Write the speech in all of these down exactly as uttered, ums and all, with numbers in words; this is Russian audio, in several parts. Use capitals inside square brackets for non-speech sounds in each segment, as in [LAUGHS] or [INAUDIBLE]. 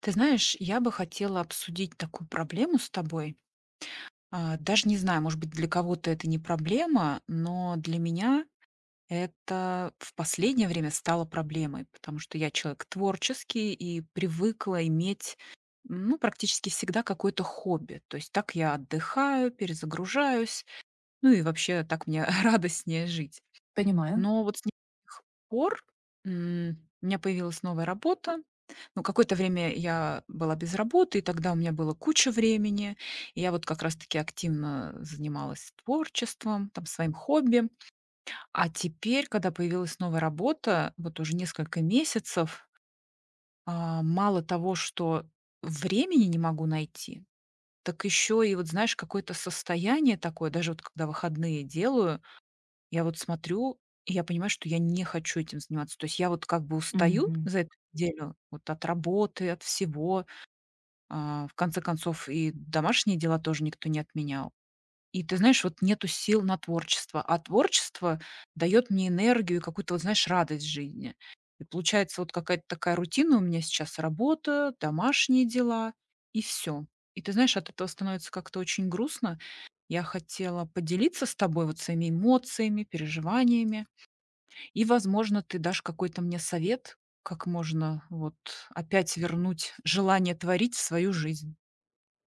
Ты знаешь, я бы хотела обсудить такую проблему с тобой. А, Даже не знаю, может быть, для кого-то это не проблема, но для меня это в последнее время стало проблемой, потому что я человек творческий и привыкла иметь, ну, практически всегда какое-то хобби. То есть так я отдыхаю, перезагружаюсь, ну и вообще так мне [LAUGHS] радостнее жить. Понимаю. Но вот с неких пор, м, у меня появилась новая работа. Ну, какое-то время я была без работы, и тогда у меня было куча времени. И я вот как раз-таки активно занималась творчеством, там, своим хобби. А теперь, когда появилась новая работа, вот уже несколько месяцев, а, мало того, что времени не могу найти, так еще и вот, знаешь, какое-то состояние такое, даже вот когда выходные делаю, я вот смотрю, и я понимаю, что я не хочу этим заниматься. То есть я вот как бы устаю Мгм. за эту неделю вот от работы, от всего. А, в конце концов, и домашние дела тоже никто не отменял. И ты знаешь, вот нету сил на творчество, а творчество дает мне энергию и какую-то, вот знаешь, радость жизни. И получается вот какая-то такая рутина у меня сейчас: работа, домашние дела и все. И ты знаешь, от этого становится как-то очень грустно. Я хотела поделиться с тобой вот своими эмоциями, переживаниями. И, возможно, ты дашь какой-то мне совет, как можно вот опять вернуть желание творить в свою жизнь.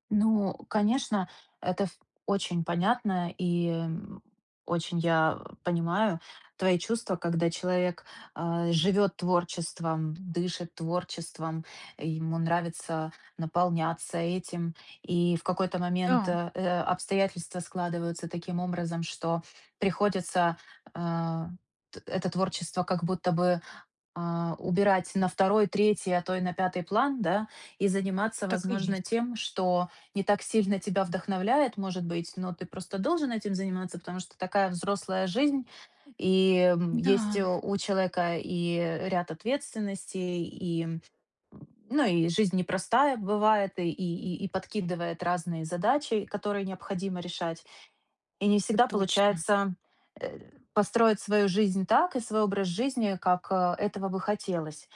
Ну, конечно, это ф- очень понятно и м, очень я понимаю твои чувства, когда человек а, живет творчеством, дышит творчеством, ему нравится наполняться этим, и в какой-то момент Да, э, э, обстоятельства складываются таким образом, что приходится, а, т- это творчество как будто бы а, убирать на второй, третий, а то и на пятый план, да, и заниматься, так и возможно, есть. тем, что не так сильно тебя вдохновляет, может быть, но ты просто должен этим заниматься, потому что такая взрослая жизнь, и м, Да, есть, э, у человека и ряд ответственностей, и м, ну и жизнь непростая бывает, и, и, и подкидывает разные задачи, которые необходимо решать. И не всегда точно. получается, э, построить свою жизнь так и свой образ жизни, как, э, этого бы хотелось.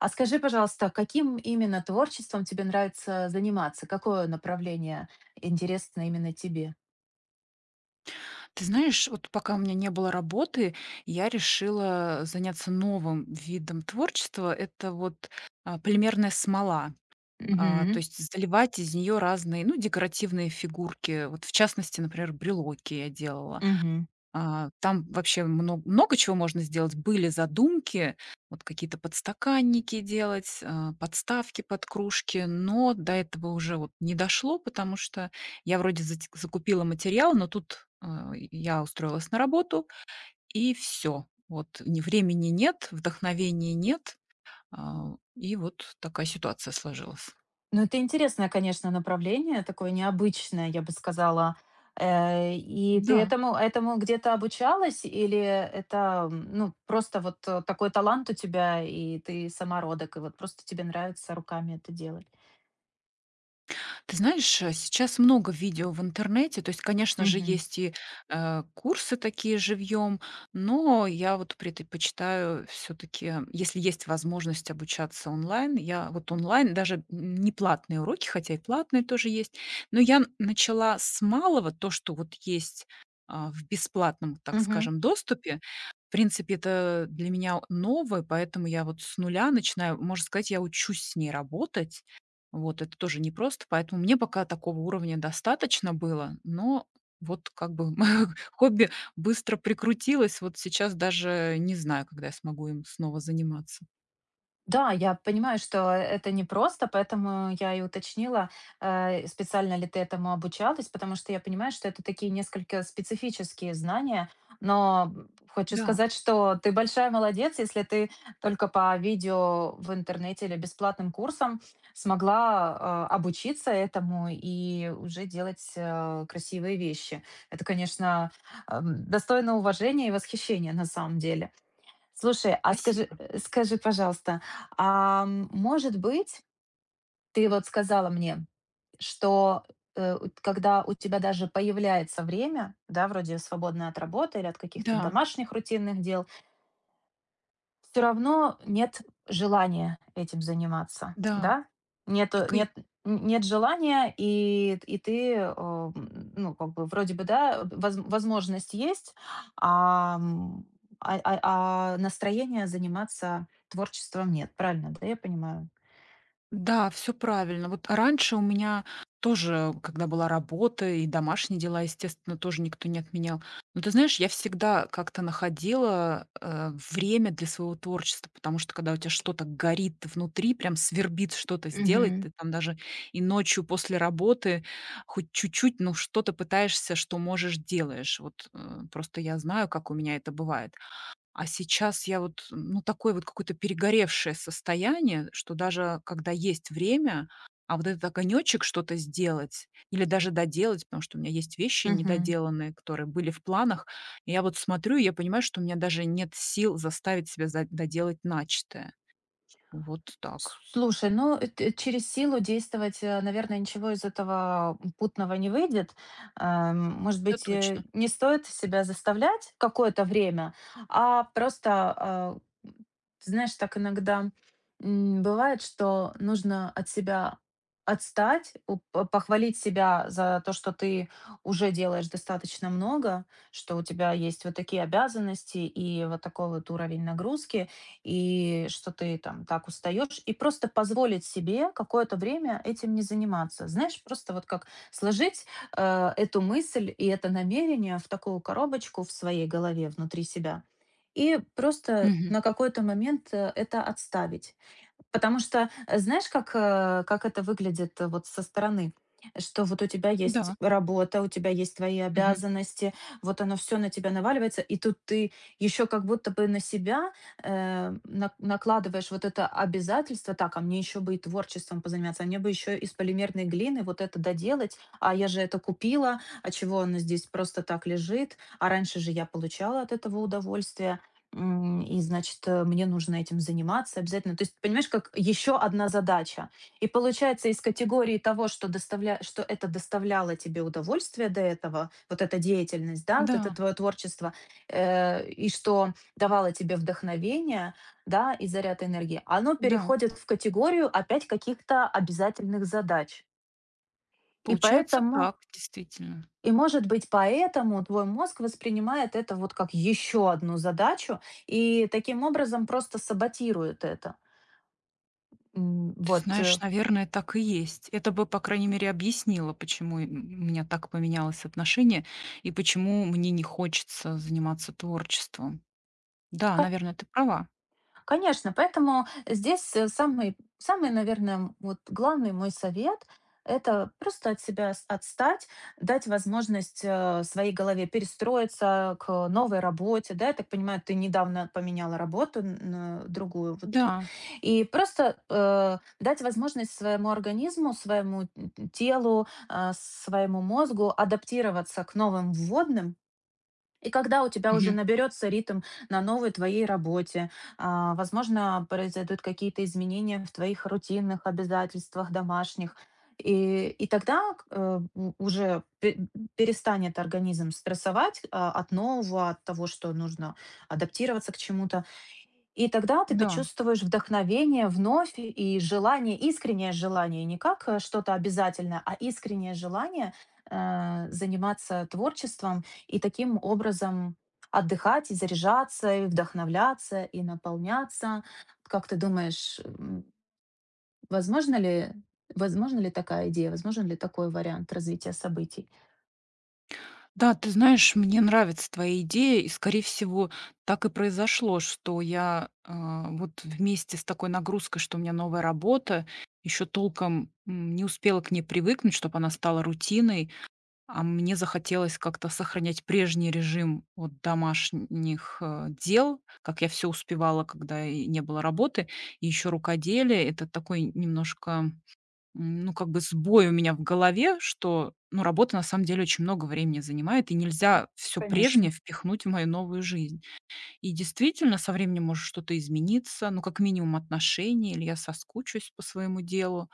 А скажи, пожалуйста, каким именно творчеством тебе нравится заниматься? Какое направление интересно именно тебе? Ты знаешь, вот пока у меня не было работы, я решила заняться новым видом творчества. Это вот а, полимерная смола. А, то Мгм, есть заливать из нее разные, ну, декоративные фигурки. Вот в частности, например, брелоки я делала. мгм. А, там вообще мно много чего можно сделать. Были задумки, вот какие-то подстаканники делать, а, подставки под кружки, но до этого уже вот не дошло, потому что я вроде зате закупила материал, но тут, а, я устроилась на работу, и все. Вот ни времени нет, вдохновения нет, а, и вот такая ситуация сложилась. Ну, это интересное, конечно, направление, такое необычное, я бы сказала. Э, и ты Да. этому этому где-то обучалась, или это, м, ну, просто вот, э, такой талант у тебя, и ты самородок, и вот просто тебе нравится руками это делать? Ты знаешь, э, сейчас много видео в интернете. То есть, конечно же, Мгм. есть и, э, курсы такие живьем, но я вот предпочитаю все таки если есть возможность обучаться онлайн, я вот онлайн, даже не платные уроки, хотя и платные тоже есть, но я начала с малого, то, что вот есть, а, в бесплатном, так Мгм. скажем, доступе. В принципе, это для меня новое, поэтому я вот с нуля начинаю. Можно сказать, я учусь с ней работать. Вот это тоже непросто, поэтому мне пока такого уровня достаточно было, но вот как бы [LAUGHS] хобби быстро прикрутилось. Вот сейчас даже не знаю, когда я смогу им снова заниматься. Да, я понимаю, что это непросто, поэтому я и уточнила, э, специально ли ты этому обучалась, потому что я понимаю, что это такие несколько специфические знания, но м, хочу Да, сказать, что ты большая молодец, если ты только по видео в интернете или бесплатным курсам смогла, э, обучиться этому и уже делать, э, красивые вещи. Это, конечно, эм, достойно уважения и восхищения на самом деле. Слушай, а скажи, спасибо. э, скажи, пожалуйста, а, м, может быть, ты вот сказала мне, что, э, у когда у тебя даже появляется время, да, вроде свободное от работы или от каких-то Да, домашних рутинных дел, все равно нет желания этим заниматься, да, да? Нету так и нет н нет желания, и и ты, э, м, ну, как бы вроде бы, да, воз возможность есть, ам, а а а настроения заниматься творчеством нет. Правильно, да, я понимаю? Да, все правильно. Вот раньше у меня тоже, когда была работа и домашние дела, естественно, тоже никто не отменял. Но ты знаешь, я всегда как-то находила, э, время для своего творчества, потому что когда у тебя что-то горит внутри, прям свербит что-то сделать, Мгм. ты там даже и ночью после работы хоть чуть-чуть, ну, что-то пытаешься, что можешь, делаешь. Вот, э, просто я знаю, как у меня это бывает. А сейчас я вот, ну, такое вот какое-то перегоревшее состояние, что даже когда есть время, а вот этот огонечек что-то сделать или даже доделать, потому что у меня есть вещи Мгм. недоделанные, которые были в планах. И я вот смотрю, и я понимаю, что у меня даже нет сил заставить себя за- доделать начатое. Вот так. Слушай, ну, эт э, т- через силу действовать, э, наверное, ничего из этого путного не выйдет. Эм, может Это быть, э, точно. не стоит себя заставлять какое-то время, а просто, а, ты знаешь, так иногда, м, бывает, что нужно от себя отстать, у п похвалить себя за то, что ты уже делаешь достаточно много, что у тебя есть вот такие обязанности и вот такой вот уровень нагрузки и что ты там так устаешь, и просто позволить себе какое-то время этим не заниматься. Знаешь, просто вот как сложить э, эту мысль и это намерение в такую коробочку в своей голове внутри себя и просто Мгм. на какой-то момент э, это отставить. Потому что, э, знаешь, как, э, как это выглядит, э, вот со стороны? Что вот у тебя есть Да. работа, у тебя есть твои Мгм. обязанности, вот оно все на тебя наваливается, и тут ты еще как будто бы на себя, э, на- накладываешь вот это обязательство, так, а мне еще бы и творчеством позаниматься, а мне бы еще из полимерной глины вот это доделать, а я же это купила, а чего оно здесь просто так лежит, а раньше же я получала от этого удовольствие. М, и, значит, э, мне нужно этим заниматься обязательно. То есть, понимаешь, как еще одна задача. И получается, из категории того, что, доставля... что это доставляло тебе удовольствие до этого, вот эта деятельность, да, вот это Да. твое творчество, э, и что давало тебе вдохновение, да, и заряд энергии, оно Да. переходит в категорию опять каких-то обязательных задач. И Получается поэтому, так, действительно. и, может быть, поэтому твой мозг воспринимает это вот как еще одну задачу и таким образом просто саботирует это. М, Ты Вот. знаешь, э, наверное, так и есть. Это бы, по крайней мере, объяснило, почему и м у меня так поменялось отношение и почему мне не хочется заниматься творчеством. Да, наверное, ты права. Конечно, поэтому здесь, э, самый, самый, наверное, вот главный мой совет — это просто от себя с- отстать, дать возможность, э, своей голове перестроиться к новой работе. Да, я так понимаю, ты недавно поменяла работу на другую. Вот. Да. И просто, э, дать возможность своему организму, своему м, телу, а, своему мозгу адаптироваться к новым вводным, и когда у тебя уже Мгм. наберется ритм на новой твоей работе, а, возможно, произойдут какие-то изменения в твоих рутинных обязательствах домашних, и, и тогда к- э, у- уже пе- перестанет организм стрессовать, а, от нового, от того, что нужно адаптироваться к чему-то, и тогда ты Да. почувствуешь вдохновение вновь и желание, искреннее желание, не как, э, что-то обязательное, а искреннее желание, э, заниматься творчеством и таким образом отдыхать и заряжаться, и вдохновляться, и наполняться. Как ты думаешь, м, возможно ли, возможно ли такая идея, возможен ли такой вариант развития событий? Да, ты знаешь, мне нравится твоя идея, и, скорее всего, так и произошло, что я, а, вот вместе с такой нагрузкой, что у меня новая работа, еще толком, м, не успела к ней привыкнуть, чтобы она стала рутиной. А мне захотелось как-то сохранять прежний режим вот домашних, э, дел, как я все успевала, когда и не было работы. И еще рукоделие- это такой немножко, м, ну, как бы сбой у меня в голове, что, ну, работа на самом деле очень много времени занимает, и нельзя все Конечно. прежнее впихнуть в мою новую жизнь. И действительно, со временем может что-то измениться, ну, как минимум отношения, или я соскучусь по своему делу.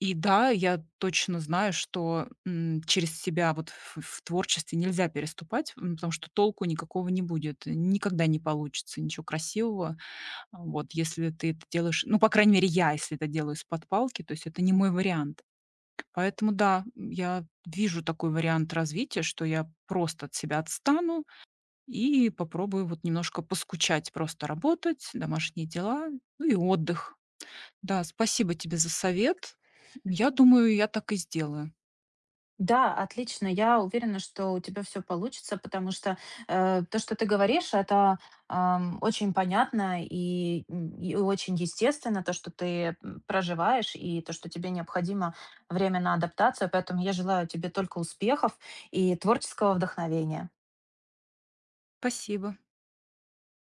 И да, я точно знаю, что, м, через себя вот в в творчестве нельзя переступать, м, потому что толку никакого не будет. Никогда не получится ничего красивого. А, вот, если ты это делаешь ну, по крайней мере, я, если это делаю из-под палки, то есть это не мой вариант. Поэтому да, м, я вижу такой вариант развития, что я просто от себя отстану и попробую вот немножко поскучать, просто работать, домашние дела, ну и отдых. Да, спасибо тебе за совет. Я думаю, я так и сделаю. Да, отлично. Я уверена, что у тебя все получится, потому что, э, то, что ты говоришь, это, ам, очень понятно и, м, и очень естественно, то, что ты, м, проживаешь, и то, что тебе необходимо время на адаптацию. Поэтому я желаю тебе только успехов и творческого вдохновения. Спасибо.